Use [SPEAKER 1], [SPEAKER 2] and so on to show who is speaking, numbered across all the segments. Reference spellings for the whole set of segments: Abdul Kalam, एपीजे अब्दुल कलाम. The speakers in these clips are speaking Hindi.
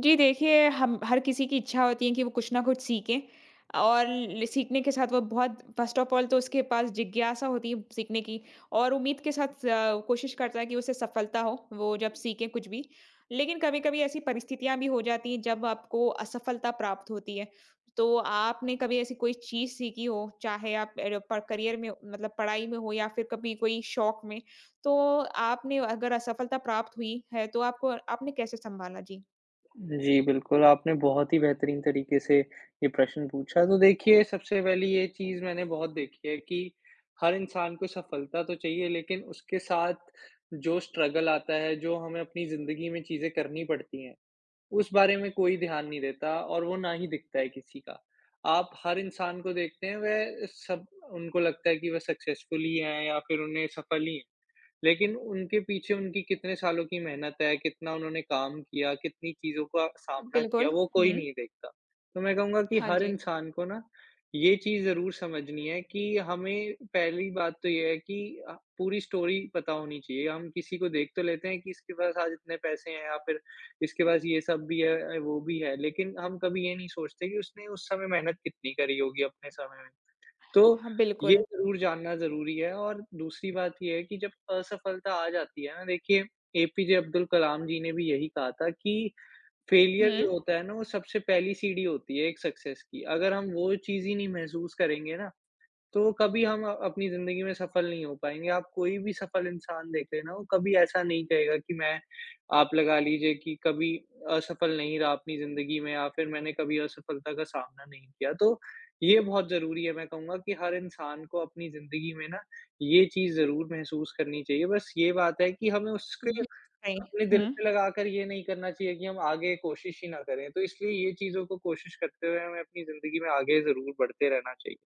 [SPEAKER 1] जी देखिए, हम हर किसी की इच्छा होती है कि वो कुछ ना कुछ सीखें। और ल सीखने के साथ वो बहुत फर्स्ट ऑफ ऑल तो उसके पास जिज्ञासा होती है सीखने की। और उम्मीद के साथ कोशिश करता है कि उसे सफलता हो, वो जब सीखे कुछ भी। लेकिन कभी-कभी ऐसी परिस्थितियाँ भी हो जाती हैं जब आपको असफलता प्राप्त होती है। तो आपने कभी ऐसी कोई चीज़ सीखी हो, चाहे आप एड प करियर में मतलब पढ़ाई में हो या फिर कभी कोई शौक में, तो आपने अगर असफलता प्राप्त हुई है, तो आपको आपने कैसे सँभाला? जी।
[SPEAKER 2] जी, बिल्कुल, आपने बहुत ही बेहतरीन तरीके से ये प्रश्न पूछा। तो देखिए, सबसे पहली ये चीज़ मैंने बहुत देखी है कि हर इंसान को सफलता तो चाहिए, लेकिन उसके साथ जो स्ट्रगल आता है, जो हमें अपनी ज़िंदगी में चीज़ें करनी पड़ती हैं, उस बारे में कोई ध्यान नहीं देता और वो ना ही दिखता है किसी का। आप हर इंसान को देखते हैं, वह सब उनको लगता है कि वह सक्सेसफुल ही हैं या फिर उन्हें सफल ही हैं। लेकिन उनके पीछे उनकी कितने सालों की मेहनत है, कितना उन्होंने काम किया, कितनी चीज़ों का सामना किया,
[SPEAKER 1] बिल्कुल।
[SPEAKER 2] वो कोई
[SPEAKER 1] हुँ।
[SPEAKER 2] नहीं देखता। तो मैं कहूँगा कि
[SPEAKER 1] हाँ
[SPEAKER 2] हर
[SPEAKER 1] जी।
[SPEAKER 2] इंसान को ना ये चीज़ ज़रूर समझनी है कि हमें पहली बात तो ये है कि अ, पूरी स्टोरी पता होनी चाहिए। हम किसी को देख तो लेते हैं कि इसके पास आज इतने पैसे हैं या फिर इसके पास ये सब भी है, वो भी है, लेकिन हम कभी ये नहीं सोचते कि उसने उस समय मेहनत कितनी करी होगी अपने समय में। तो
[SPEAKER 1] हाँ,
[SPEAKER 2] ये
[SPEAKER 1] बिल्कुल।
[SPEAKER 2] ज़रूर जानना ज़रूरी है और दूसरी बात ये है कि जब असफलता आ जाती है ना, देखिए, एपीजे अब्दुल कलाम जी ने भी यही कहा था कि
[SPEAKER 1] हुँ।
[SPEAKER 2] फेलियर जो होता है ना, वो सबसे पहली सीढ़ी होती है एक सक्सेस की। अगर हम वो चीज़ ही नहीं महसूस करेंगे ना, तो कभी हम अपनी ज़िंदगी में सफल नहीं हो पाएँगे। आप कोई भी सफल इंसान देख लेना, वो कभी ऐसा नहीं कहेगा कि मैं, आप लगा लीजिए कि कभी असफल नहीं रहा अपनी ज़िंदगी में, या फिर मैंने कभी असफलता का सामना नहीं किया। तो ये बहुत ज़रूरी है, मैं कहूँगा कि हर इंसान को अपनी ज़िंदगी में ना ये चीज़ ज़रूर महसूस करनी चाहिए। बस ये बात है कि हमें उसके
[SPEAKER 1] बिल्कुल सही।
[SPEAKER 2] अपने दिल
[SPEAKER 1] हुँ।
[SPEAKER 2] पे लगाकर ये नहीं करना चाहिए कि हम आगे कोशिश ही ना करें। तो इसलिए ये चीज़ों को कोशिश करते हुए हमें अपनी ज़िंदगी में आगे ज़रूर बढ़ते रहना चाहिए।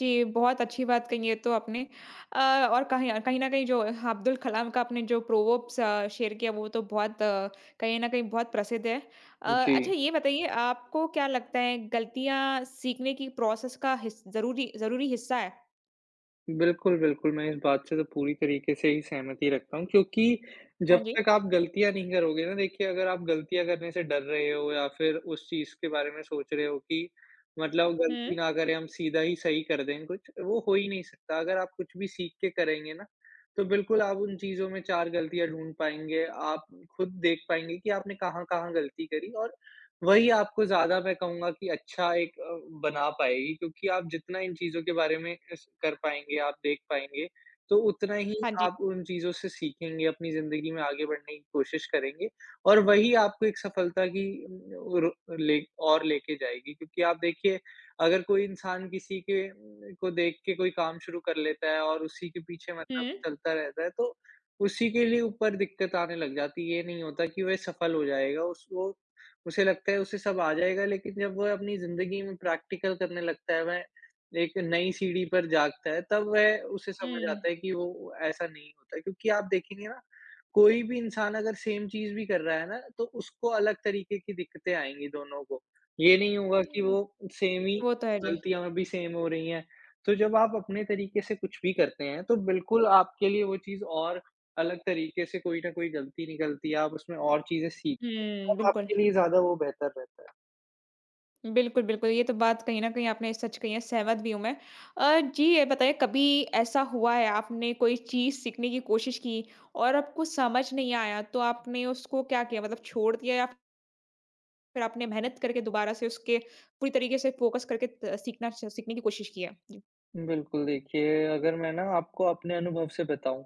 [SPEAKER 1] जी, बहुत अच्छी बात कही है तो आपने। अ, और कहीं कहीं न कहीं जो अब्दुल कलाम का आपने जो प्रोवर्ब्स शेयर किया वो तो बहुत कहीं न कहीं बहुत प्रसिद्ध है।
[SPEAKER 2] जी।
[SPEAKER 1] अच्छा ये बताइए आपको क्या लगता है गलतियाँ सीखने की प्रोसेस का हिस ज़रूरी ज़रूरी हिस्सा है?
[SPEAKER 2] बिल्कुल, बिल्कुल, मैं इस बात से तो पूरी तरीके से ही सहमति रखता हूँ, क्योंकि
[SPEAKER 1] हाँ
[SPEAKER 2] जब
[SPEAKER 1] जी।
[SPEAKER 2] तक आप गलतियाँ नहीं करोगे ना, देखिए, अगर आप गलतियाँ करने से डर रहे हो या फिर उस चीज़ के बारे में सोच रहे हो कि मतलब
[SPEAKER 1] हुँ।
[SPEAKER 2] गलती ना करें, हम सीधा ही सही कर दें कुछ, वो हो ही नहीं सकता। अगर आप कुछ भी सीख के करेंगे ना, तो बिल्कुल आप उन चीज़ों में 4 गलतियाँ ढूँढ पाएँगे, आप खुद देख पाएँगे कि आपने कहाँ-कहाँ गलती करी, और वही आपको ज़्यादा, मैं कहूँगा कि अच्छा एक बना पाएगी, क्योंकि आप जितना इन चीज़ों के बारे में इस कर पाएँगे, आप देख पाएँगे, तो उतना ही
[SPEAKER 1] हाँ जी।
[SPEAKER 2] आप उन चीज़ों से सीखेंगे, अपनी ज़िंदगी में आगे बढ़ने की कोशिश करेंगे, और वही आपको एक सफलता की उम, र ले और लेके जाएगी। क्योंकि आप देखिए, अगर कोई इंसान किसी के को देख के कोई काम शुरू कर लेता है और उसी के पीछे
[SPEAKER 1] हुँ।
[SPEAKER 2] मतलब चलता रहता है, तो उसी के लिए ऊपर दिक्कत आने लग जाती है। ये नहीं होता कि वह सफल हो जाएगा, उस वो उसे लगता है उसे सब आ जाएगा, लेकिन जब वह अपनी ज़िंदगी में प्रैक्टिकल करने लगता है, वह एक नई सीढ़ी पर जागता है, तब वह उसे समझ
[SPEAKER 1] हुँ।
[SPEAKER 2] आता है कि वो ऐसा नहीं होता है। क्योंकि आप देखेंगे ना, कोई भी इंसान अगर सेम चीज़ भी कर रहा है ना, तो उसको अलग तरीके की दिक्कतें आएँगी दोनों को। ये नहीं होगा कि
[SPEAKER 1] हुँ,
[SPEAKER 2] वो सेम ही
[SPEAKER 1] वो तो है जी।
[SPEAKER 2] गलतियाँ भी सेम हो रही हैं। तो जब आप अपने तरीके से कुछ भी करते हैं, तो बिल्कुल आपके लिए वो चीज़ और अलग तरीके से कोई ना कोई गलती निकलती है, आप उसमें और चीज़ें सीख,
[SPEAKER 1] हुँ,
[SPEAKER 2] तब
[SPEAKER 1] बिल्कुल।
[SPEAKER 2] आपके लिए ज़्यादा वो बेहतर रहता
[SPEAKER 1] बिल्कुल, बिल्कुल। ये तो बात कहीं न कहीं आपने सच कही है, सहमत भी हूँ मैं। जी ये बताइए कभी ऐसा हुआ है आपने कोई चीज़ सीखने की कोशिश की और आपको समझ नहीं आया तो आपने उसको क्या किया? मतलब छोड़ दिया या फिर आपने मेहनत करके दोबारा से उसके पूरी तरीके से फ़ोकस करके त सीखना च सीखने की कोशिश की है? जी।
[SPEAKER 2] है। बिल्कुल, देखिए, अगर मैं ना आपको अपने अनुभव से बताऊँ,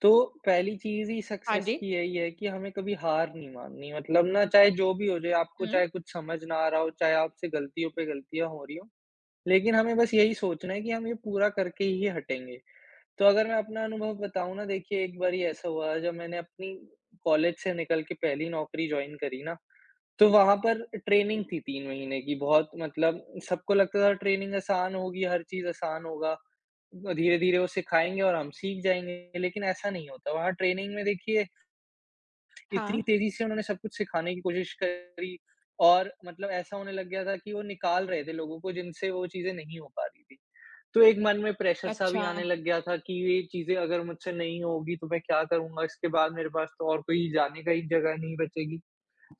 [SPEAKER 2] तो पहली चीज़ ही
[SPEAKER 1] हाँ
[SPEAKER 2] सक्सेस
[SPEAKER 1] जी।
[SPEAKER 2] की यही है कि हमें कभी हार नहीं माननी, मतलब ना चाहे जो भी हो जाए, आपको
[SPEAKER 1] हुँ।
[SPEAKER 2] चाहे कुछ समझ ना आ रहा हो, चाहे आपसे गलतियों पे गलतियाँ हो रही हों, लेकिन हमें बस यही सोचना है कि हम ये पूरा करके ही हटेंगे। तो अगर मैं अपना अनुभव बताऊँ ना, देखिए, एक बारी ऐसा हुआ जब मैंने अपनी कॉलेज से निकल के पहली नौकरी जॉइन करी ना, तो वहाँ पर ट्रेनिंग थी 3 महीने की, बहुत मतलब सबको लगता था ट्रेनिंग आसान होगी, हर चीज़ आसान होगा। धीरे-धीरे वो सिखाएँगे और हम सीख जाएँगे, लेकिन ऐसा नहीं होता। वहाँ ट्रेनिंग में देखिए,
[SPEAKER 1] हाँ।
[SPEAKER 2] इतनी तेज़ी से उन्होंने सब कुछ सिखाने की कोशिश करी, और मतलब ऐसा होने लग गया था कि वो निकाल रहे थे लोगों को जिनसे वो चीज़ें नहीं हो पा रही थी। तो एक मन में प्रेशर सा भी
[SPEAKER 1] अच्छा।
[SPEAKER 2] आने लग गया था कि ये चीज़ें अगर मुझसे नहीं होगी तो मैं क्या करूँगा? इसके बाद मेरे पास तो और कोई जाने का ही जगह नहीं बचेगी।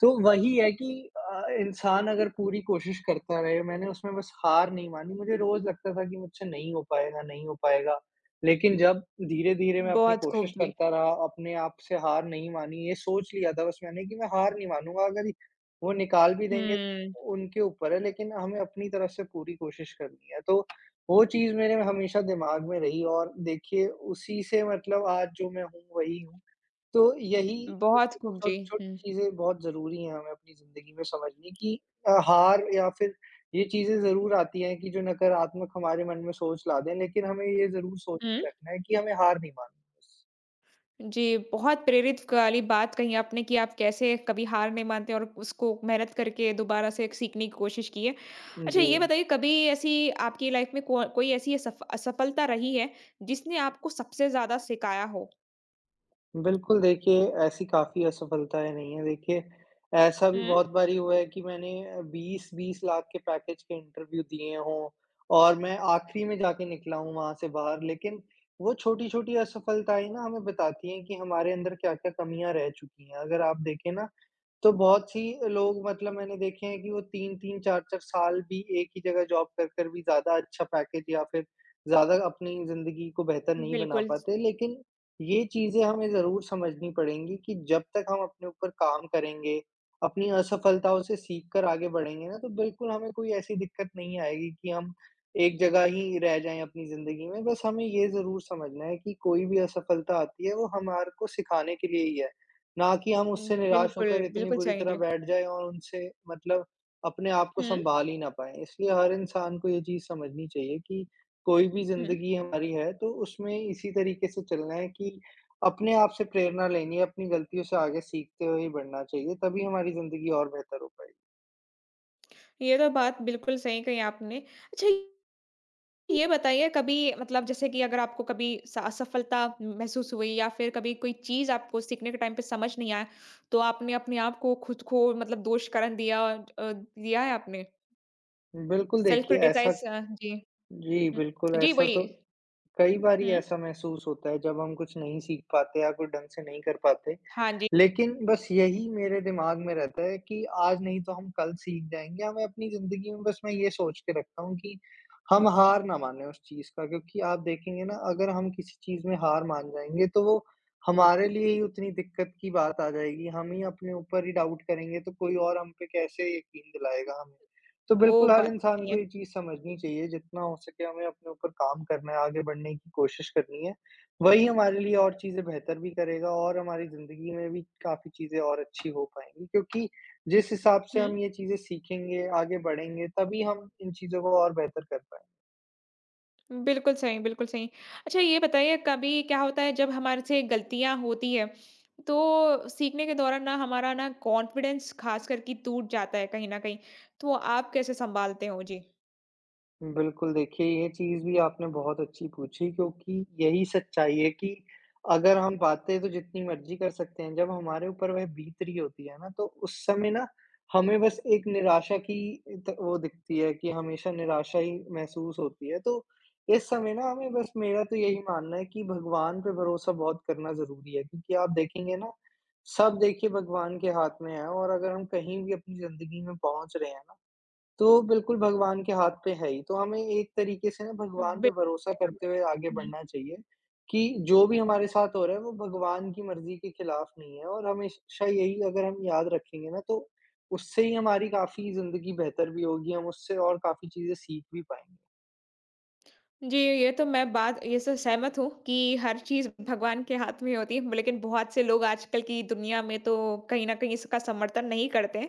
[SPEAKER 2] तो वही है कि इंसान अगर पूरी कोशिश करता रहे, मैंने उसमें बस हार नहीं मानी, मुझे रोज़ लगता था कि मुझसे नहीं हो पाएगा, नहीं हो पाएगा। लेकिन जब धीरे-धीरे मैं अपनी
[SPEAKER 1] बहुत खूब
[SPEAKER 2] कोशिश
[SPEAKER 1] जी।
[SPEAKER 2] करता रहा, अपने आप से हार नहीं मानी, ये सोच लिया था बस मैंने कि मैं हार नहीं मानूँगा, अगर वो निकाल भी देंगे,
[SPEAKER 1] हुँ।
[SPEAKER 2] तो उनके ऊपर है, लेकिन हमें अपनी तरफ से पूरी कोशिश करनी है। तो वो चीज़ मेरे हमेशा दिमाग में रही, और देखिए उसी से मतलब आज जो मैं हूँ, वही हूँ। तो यही
[SPEAKER 1] बहुत खूब जी। हुँ।
[SPEAKER 2] छोटी-छोटी चीज़ें बहुत ज़रूरी हैं हमें अपनी ज़िंदगी में समझनी कि हार या फिर ये चीज़ें ज़रूर आती हैं कि जो नकारात्मक हमारे मन में सोच ला दें, लेकिन हमें ये ज़रूर सोच
[SPEAKER 1] हुँ।
[SPEAKER 2] के रखना है कि हमें हार नहीं माननी।
[SPEAKER 1] जी, बहुत प्रेरित वाली बात कही आपने कि आप कैसे कभी हार नहीं मानते और उसको मेहनत करके दोबारा से सीखने की कोशिश की है। अच्छा
[SPEAKER 2] जी।
[SPEAKER 1] ये बताइए कभी ऐसी आपकी लाइफ में को कोई ऐसी असफलता रही है, जिसने आपको सबसे ज़्यादा सिखाया हो?
[SPEAKER 2] बिल्कुल, देखिए, ऐसी काफ़ी असफलताएँ रही हैं। देखिए, ऐसा भी
[SPEAKER 1] हुँ।
[SPEAKER 2] बहुत बारी हुआ है कि मैंने 20-20 लाख के पैकेज के इंटरव्यू दिए हों, और मैं आखिरी में जाके निकला हूँ वहाँ से बाहर। लेकिन वो छोटी-छोटी असफलताएँ ना हमें बताती हैं कि हमारे अंदर क्या-क्या कमियाँ रह चुकी हैं। अगर आप देखें ना, तो बहुत सी लोग, मतलब मैंने देखे हैं कि वो 3-3 4-4 साल भी एक ही जगह जॉब कर कर भी ज़्यादा अच्छा पैकेज या फिर ज़्यादा अपनी ज़िंदगी को बेहतर नहीं बना
[SPEAKER 1] बिल्कुल,
[SPEAKER 2] पाते। लेकिन ये चीज़ें हमें ज़रूर समझनी पड़ेंगी कि जब तक हम अपने ऊपर काम करेंगे, अपनी असफलताओं से सीख कर आगे बढ़ेंगे ना, तो बिल्कुल हमें कोई ऐसी दिक्कत नहीं आएगी कि हम एक जगह ही रह जाएँ अपनी ज़िंदगी में। बस हमें ये ज़रूर समझना है कि कोई भी असफलता आती है, वो हमारे को सिखाने के लिए ही है। ना कि हम उससे निराश
[SPEAKER 1] बिल्कुल,
[SPEAKER 2] होकर इतनी
[SPEAKER 1] बिल्कुल
[SPEAKER 2] बुरी
[SPEAKER 1] सही
[SPEAKER 2] तरह
[SPEAKER 1] जी।
[SPEAKER 2] बैठ जाएँ और उनसे मतलब अपने आप को
[SPEAKER 1] हुँ,
[SPEAKER 2] सँभाल ही ना पाएँ। इसलिए हर इंसान को ये चीज़ समझनी चाहिए कि कोई भी
[SPEAKER 1] हुँ।
[SPEAKER 2] ज़िंदगी हमारी है, तो उसमें इसी तरीके से चलना है कि अपने आप से प्रेरणा लेनी है, अपनी गलतियों से आगे सीखते हुए ही बढ़ना चाहिए, तभी हमारी ज़िंदगी और बेहतर हो पाएगी।
[SPEAKER 1] ये तो बात बिल्कुल सही कही आपने। अच्छा ये बताइए कभी मतलब जैसे कि अगर आपको कभी स असफलता महसूस हुई या फिर कभी कोई चीज़ आपको सीखने के टाइम पे समझ नहीं आया, तो आपने अपने आप को खुद को मतलब दोषकरण दिया और, दिया है आपने?
[SPEAKER 2] बिल्कुल,
[SPEAKER 1] सेल्फ
[SPEAKER 2] देखिए ऐसा।
[SPEAKER 1] क्रिटिसाइज़ जी।
[SPEAKER 2] जी,
[SPEAKER 1] हुँ,
[SPEAKER 2] बिल्कुल
[SPEAKER 1] जी
[SPEAKER 2] ऐसा
[SPEAKER 1] वही।
[SPEAKER 2] तो कई बारी
[SPEAKER 1] हुँ।
[SPEAKER 2] ऐसा महसूस होता है जब हम कुछ नहीं सीख पाते या कुछ ढंग से नहीं कर पाते,
[SPEAKER 1] हाँ जी,
[SPEAKER 2] लेकिन बस यही मेरे दिमाग में रहता है कि आज नहीं तो हम कल सीख जाएँगे, हमें अपनी ज़िंदगी में बस, मैं ये सोच के रखता हूँ कि हम हार ना मानें उस चीज़ का। क्योंकि आप देखेंगे ना, अगर हम किसी चीज़ में हार मान जाएँगे तो वो हमारे लिए ही उतनी दिक्कत की बात आ जाएगी, हम ही अपने ऊपर ही डाउट करेंगे तो कोई और हम पे कैसे यकीन दिलाएगा हमें। तो
[SPEAKER 1] वो
[SPEAKER 2] बिल्कुल हर
[SPEAKER 1] बात
[SPEAKER 2] इंसान
[SPEAKER 1] सही है।
[SPEAKER 2] को ये चीज़ समझनी चाहिए, जितना हो सके हमें अपने ऊपर काम करना है, आगे बढ़ने की कोशिश करनी है। वही हमारे लिए और चीज़ें बेहतर भी करेगा, और हमारी ज़िंदगी में भी काफ़ी चीज़ें और अच्छी हो पाएँगी, क्योंकि जिस हिसाब से हम
[SPEAKER 1] हुँ।
[SPEAKER 2] ये चीज़ें सीखेंगे, आगे बढ़ेंगे, तभी हम इन चीज़ों को और बेहतर कर पाएँगे।
[SPEAKER 1] बिल्कुल सही, बिल्कुल सही। अच्छा ये बताइए कभी क्या होता है जब हमारे से गलतियाँ होती हैं, तो सीखने के दौरान ना हमारा ना कॉन्फिडेंस ख़ासकर कि टूट जाता है कहीं न कहीं, तो आप कैसे सँभालते हो? जी।
[SPEAKER 2] बिल्कुल, देखिए, ये चीज़ भी आपने बहुत अच्छी पूछी, क्योंकि यही सच्चाई है कि अगर हम बातें तो जितनी मर्ज़ी कर सकते हैं, जब हमारे ऊपर वह बीत रही होती है ना, तो उस समय ना हमें बस एक निराशा की त वो दिखती है कि हमेशा निराशा ही महसूस होती है। तो इस समय ना, हमें बस, मेरा तो यही मानना है कि भगवान पे भरोसा बहुत करना ज़रूरी है, क्योंकि आप देखेंगे ना, सब देखिए भगवान के हाथ में है, और अगर हम कहीं भी अपनी ज़िंदगी में पहुँच रहे हैं ना, तो बिल्कुल भगवान के हाथ पे है ही, तो हमें एक तरीके से ना भगवान
[SPEAKER 1] बिल्कुल
[SPEAKER 2] पे भरोसा
[SPEAKER 1] सही कहा
[SPEAKER 2] करते हुए आगे
[SPEAKER 1] मैंने।
[SPEAKER 2] बढ़ना चाहिए, कि जो भी हमारे साथ हो रहा है वो भगवान की मर्ज़ी के खिलाफ नहीं है, और हमेशा यही अगर हम याद रखेंगे ना, तो उससे ही हमारी काफ़ी ज़िंदगी बेहतर भी होगी, हम उससे और काफ़ी चीज़ें सीख भी पाएँगे।
[SPEAKER 1] जी, ये तो मैं बात ये से सहमत हूँ कि हर चीज़ भगवान के हाथ में होती है, लेकिन बहुत से लोग आजकल की दुनिया में तो कहीं न कहीं इसका समर्थन नहीं करते हैं।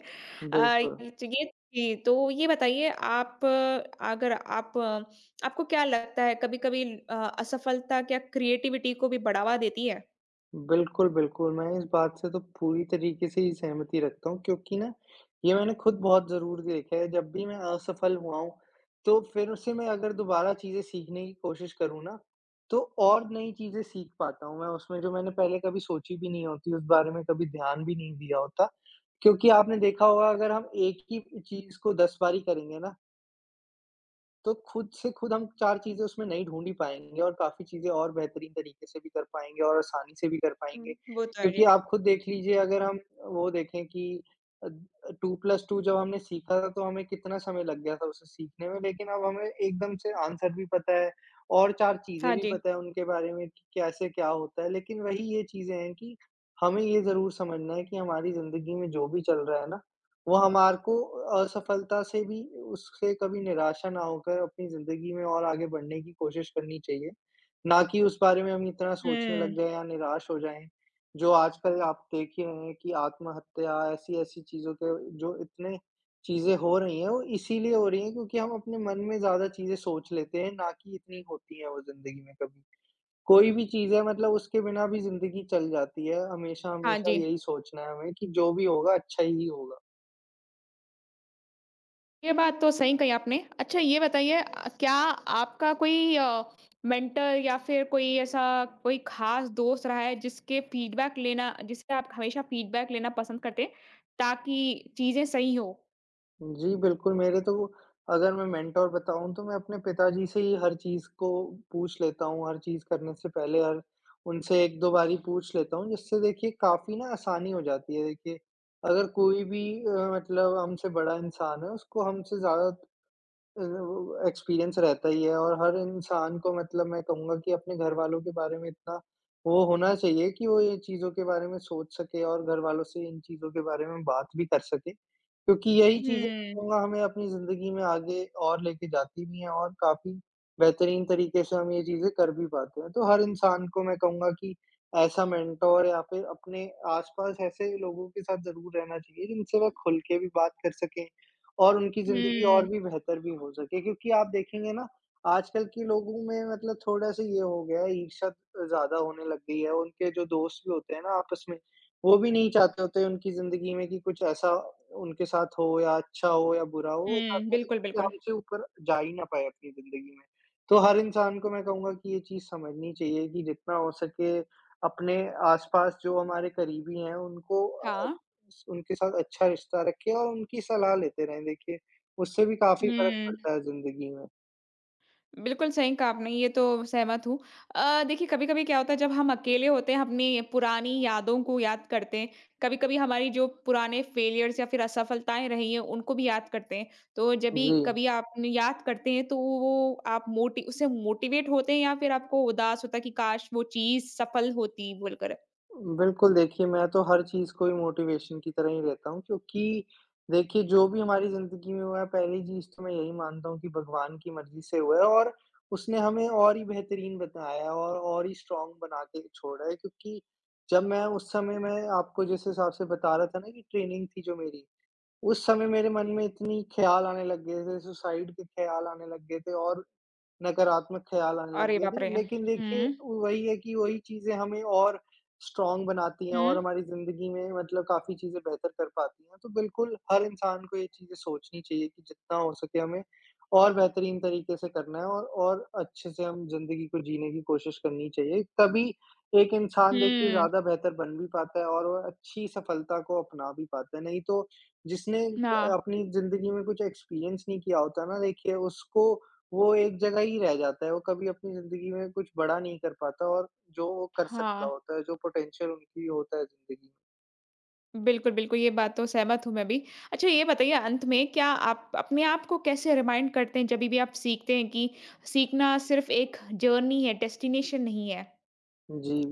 [SPEAKER 2] बिल्कुल।
[SPEAKER 1] ये जी, तो ये बताइए अगर आप अ, आपको क्या लगता है कभी-कभी असफलता क्या क्रिएटिविटी को भी बढ़ावा देती है?
[SPEAKER 2] बिल्कुल, बिल्कुल। मैं इस बात से तो पूरी तरीके से ही सहमति रखता हूँ क्योंकि ना, ये मैंने खुद बहुत ज़रूर देखा है, जब भी मैं असफल हुआ हूँ, तो फिर उससे मैं अगर दोबारा चीज़ें सीखने की कोशिश करूँ ना, तो और नई चीज़ें सीख पाता हूँ मैं उसमें, जो मैंने पहले कभी सोची भी नहीं होती, उस बारे में कभी ध्यान भी नहीं दिया होता। क्योंकि आपने देखा होगा, अगर हम एक ही चीज़ को 10 बारी करेंगे ना, तो खुद से खुद हम 4 चीज़ें उसमें नहीं ढूँढ ही पाएँगे, और काफ़ी चीज़ें और बेहतरीन तरीके से भी कर पाएँगे और आसानी से भी कर पाएँगे।
[SPEAKER 1] हुँ। वो तो है
[SPEAKER 2] क्योंकि
[SPEAKER 1] जी।
[SPEAKER 2] आप खुद देख लीजिए, अगर हम वो देखें कि अ, 2 प्लस 2 जब हमने सीखा था, तो हमें कितना समय लग गया था उसे सीखने में, लेकिन अब हमें एकदम से आंसर भी पता है और 4
[SPEAKER 1] हाँ
[SPEAKER 2] चीज़ें भी
[SPEAKER 1] जी।
[SPEAKER 2] पता है उनके बारे में, कि कैसे क्या होता है। लेकिन वही ये चीज़ें हैं कि हमें ये ज़रूर समझना है, कि हमारी ज़िंदगी में जो भी चल रहा है ना, वो हमारे को असफलता से भी, उससे कभी निराशा ना होकर अपनी ज़िंदगी में और आगे बढ़ने की कोशिश करनी चाहिए, ना कि उस बारे में हम इतना सोचने
[SPEAKER 1] हुँ,
[SPEAKER 2] लग जाएँ या निराश हो जाएँ। जो आजकल आप देख ही रहे हैं कि आत्महत्या ऐसी-ऐसी चीज़ों के, जो इतने चीज़ें हो रही हैं, वो इसीलिए हो रही हैं, क्योंकि हम अपने मन में ज़्यादा चीज़ें सोच लेते हैं, ना कि इतनी होती हैं वो ज़िंदगी में कभी। कोई भी चीज़ है, मतलब उसके बिना भी ज़िंदगी चल जाती है,
[SPEAKER 1] हाँ
[SPEAKER 2] हमेशा-हमेशा
[SPEAKER 1] जी।
[SPEAKER 2] यही सोचना है हमें, कि जो भी होगा अच्छा ही होगा।
[SPEAKER 1] ये बात तो सही कही आपने। अच्छा ये बताइए क्या आपका कोई मेंटर या फिर कोई ख़ास दोस्त रहा है जिसके फीडबैक लेना जिससे आप हमेशा फीडबैक लेना पसंद करते हैं, ताकि चीज़ें सही हो?
[SPEAKER 2] जी, बिल्कुल, मेरे तो, अगर मैं मेंटोर बताऊँ, तो मैं अपने पिताजी से ही हर चीज़ को पूछ लेता हूँ, हर चीज़ करने से पहले, हर उनसे 1-2 बार ही पूछ लेता हूँ, जिससे देखिए काफ़ी ना आसानी हो जाती है। देखिए, अगर कोई भी मतलब हमसे बड़ा इंसान है, उसको हमसे ज़्यादा वो एक्सपीरियंस रहता ही है, और हर इंसान को, मतलब, मैं कहूँगा कि अपने घरवालों के बारे में इतना वो होना चाहिए कि वो ये चीज़ों के बारे में सोच सके और घरवालों से इन चीज़ों के बारे में बात भी कर सके। क्योंकि यही चीज़ें, मैं
[SPEAKER 1] हुँ।
[SPEAKER 2] कहूँगा, हमें अपनी ज़िंदगी में आगे और लेके जाती भी हैं, और काफ़ी बेहतरीन तरीके से हम ये चीज़ें कर भी पाते हैं। तो हर इंसान को मैं कहूँगा कि ऐसा मेंटर या फिर अपने आस-पास ऐसे लोगों के साथ ज़रूर रहना चाहिए, जिनसे वह खुल के भी बात कर सकें और उनकी ज़िंदगी और
[SPEAKER 1] हुँ,
[SPEAKER 2] भी बेहतर भी हो सके, क्योंकि आप देखेंगे ना, आजकल के लोगों में मतलब थोड़ा-सा ये हो गया है, ईर्ष्या ज़्यादा होने लग गई है। उनके जो दोस्त भी होते हैं ना आपस में, वो भी नहीं चाहते होते उनकी ज़िंदगी में कि कुछ ऐसा उनके साथ हो, या अच्छा हो या बुरा हो, वो
[SPEAKER 1] हुँ,
[SPEAKER 2] चाहते हैं
[SPEAKER 1] बिल्कुल,
[SPEAKER 2] कि
[SPEAKER 1] बिल्कुल।
[SPEAKER 2] हमसे ऊपर जा ही ना पाए अपनी ज़िंदगी में। तो हर इंसान को मैं कहूँगा कि ये चीज़ समझनी चाहिए, कि जितना हो सके अपने आस-पास जो हमारे करीबी हैं उनको,
[SPEAKER 1] हाँ।
[SPEAKER 2] उस उनके साथ अच्छा रिश्ता रखें और उनकी सलाह लेते रहें, देखिए, उससे भी काफ़ी फ़र्क
[SPEAKER 1] हुँ।
[SPEAKER 2] पड़ता है ज़िंदगी में।
[SPEAKER 1] बिल्कुल सही कहा आपने, ये तो सहमत हूँ। देखिए कभी-कभी क्या होता है जब हम अकेले होते हैं अपनी पुरानी यादों को याद करते हैं, कभी-कभी हमारी जो पुराने फेलियर्स या फिर असफलताएँ रही हैं उनको भी याद करते हैं। तो जब भी
[SPEAKER 2] जी,
[SPEAKER 1] कभी आप याद करते हैं तो वो आप मोटि उससे मोटिवेट होते हैं या फिर आपको उदास होता है कि काश वो चीज़ सफल होती बोलकर?
[SPEAKER 2] बिल्कुल, देखिए, मैं तो हर चीज़ को ही मोटिवेशन की तरह ही लेता हूँ, क्योंकि देखिए, जो भी हमारी ज़िंदगी में हुआ है, पहली चीज़ तो मैं यही मानता हूँ कि भगवान की मर्ज़ी से हुआ है, और उसने हमें और ही बेहतरीन बताया है और ही स्ट्रॉन्ग बना के छोड़ा है, क्योंकि जब मैं, उस समय मैं आपको जिस हिसाब से बता रहा था ना, कि ट्रेनिंग थी जो मेरी, उस समय मेरे मन में इतनी ख्याल आने लग गए थे, सुसाइड के ख्याल आने लग गए थे और नकारात्मक ख़्याल आने लग
[SPEAKER 1] अरे
[SPEAKER 2] गए
[SPEAKER 1] बाप
[SPEAKER 2] थे।
[SPEAKER 1] रे!
[SPEAKER 2] लेकिन देखिए,
[SPEAKER 1] हुँ,
[SPEAKER 2] वही है कि वही चीज़ें हमें और स्ट्रॉन्ग बनाती हैं
[SPEAKER 1] हुँ।
[SPEAKER 2] और हमारी ज़िंदगी में मतलब काफ़ी चीज़ें बेहतर कर पाती हैं। तो बिल्कुल हर इंसान को ये चीज़ें सोचनी चाहिए, कि जितना हो सके हमें और बेहतरीन तरीके से करना है, और अच्छे से हम ज़िंदगी को जीने की कोशिश करनी चाहिए। तभी एक इंसान, देखिए,
[SPEAKER 1] हुँ,
[SPEAKER 2] ज़्यादा बेहतर बन भी पाता है और वो अच्छी सफलता को अपना भी पाता है। नहीं तो जिसने क
[SPEAKER 1] हाँ।
[SPEAKER 2] अपनी ज़िंदगी में कुछ एक्सपीरियंस नहीं किया होता ना, देखिए, उसको वो एक जगह ही रह जाता है, वो कभी अपनी ज़िंदगी में कुछ बड़ा नहीं कर पाता, और जो वो कर सकता
[SPEAKER 1] हाँ।
[SPEAKER 2] होता है, जो पोटेंशियल उनकी होता है ज़िंदगी।
[SPEAKER 1] बिल्कुल, बिल्कुल, ये बात तो सहमत हूँ मैं भी। अच्छा ये बताइए अंत में क्या आप अपने आप को कैसे रिमाइंड करते हैं जभी भी आप सीखते हैं कि सीखना सिर्फ़ एक जर्नी है, डेस्टिनेशन नहीं है?
[SPEAKER 2] जी,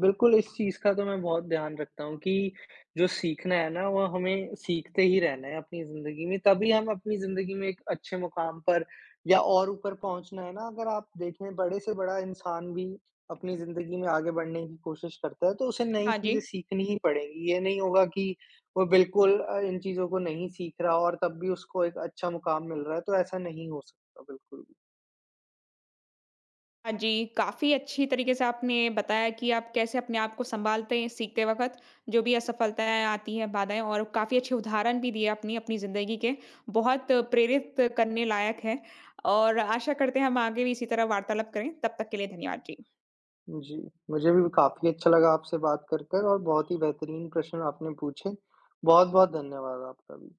[SPEAKER 2] बिल्कुल, इस चीज़ का तो मैं बहुत ध्यान रखता हूँ, कि जो सीखना है ना, वो हमें सीखते ही रहना है अपनी ज़िंदगी में, तभी हम अपनी ज़िंदगी में एक अच्छे मुकाम पर, या और ऊपर पहुँचना है ना, अगर आप देखें, बड़े से बड़ा इंसान भी अपनी ज़िंदगी में आगे बढ़ने की कोशिश करता है, तो उसे नई
[SPEAKER 1] हाँ जी।
[SPEAKER 2] चीज़ें सीखनी ही पड़ेंगी। ये नहीं होगा कि वो बिल्कुल इन चीज़ों को नहीं सीख रहा और तब भी उसको एक अच्छा मुकाम मिल रहा है, तो ऐसा नहीं हो सकता, बिल्कुल।
[SPEAKER 1] हाँ जी, काफ़ी अच्छी तरीके से आपने बताया कि आप कैसे अपने आप को सँभालते हैं सीखते वक़्त, जो भी असफलताएँ आती हैं, बाधाएँ और काफ़ी अच्छे उदाहरण भी दिए अपनी ज़िंदगी के। बहुत प्रेरित करने लायक है और आशा करते हैं हम आगे भी इसी तरह वार्तालाप करें। तब तक के लिए धन्यवाद जी।
[SPEAKER 2] जी, मुझे भी काफ़ी अच्छा लगा आपसे बात कर कर, और बहुत ही बेहतरीन प्रश्न आपने पूछे। बहुत-बहुत धन्यवाद आपका भी।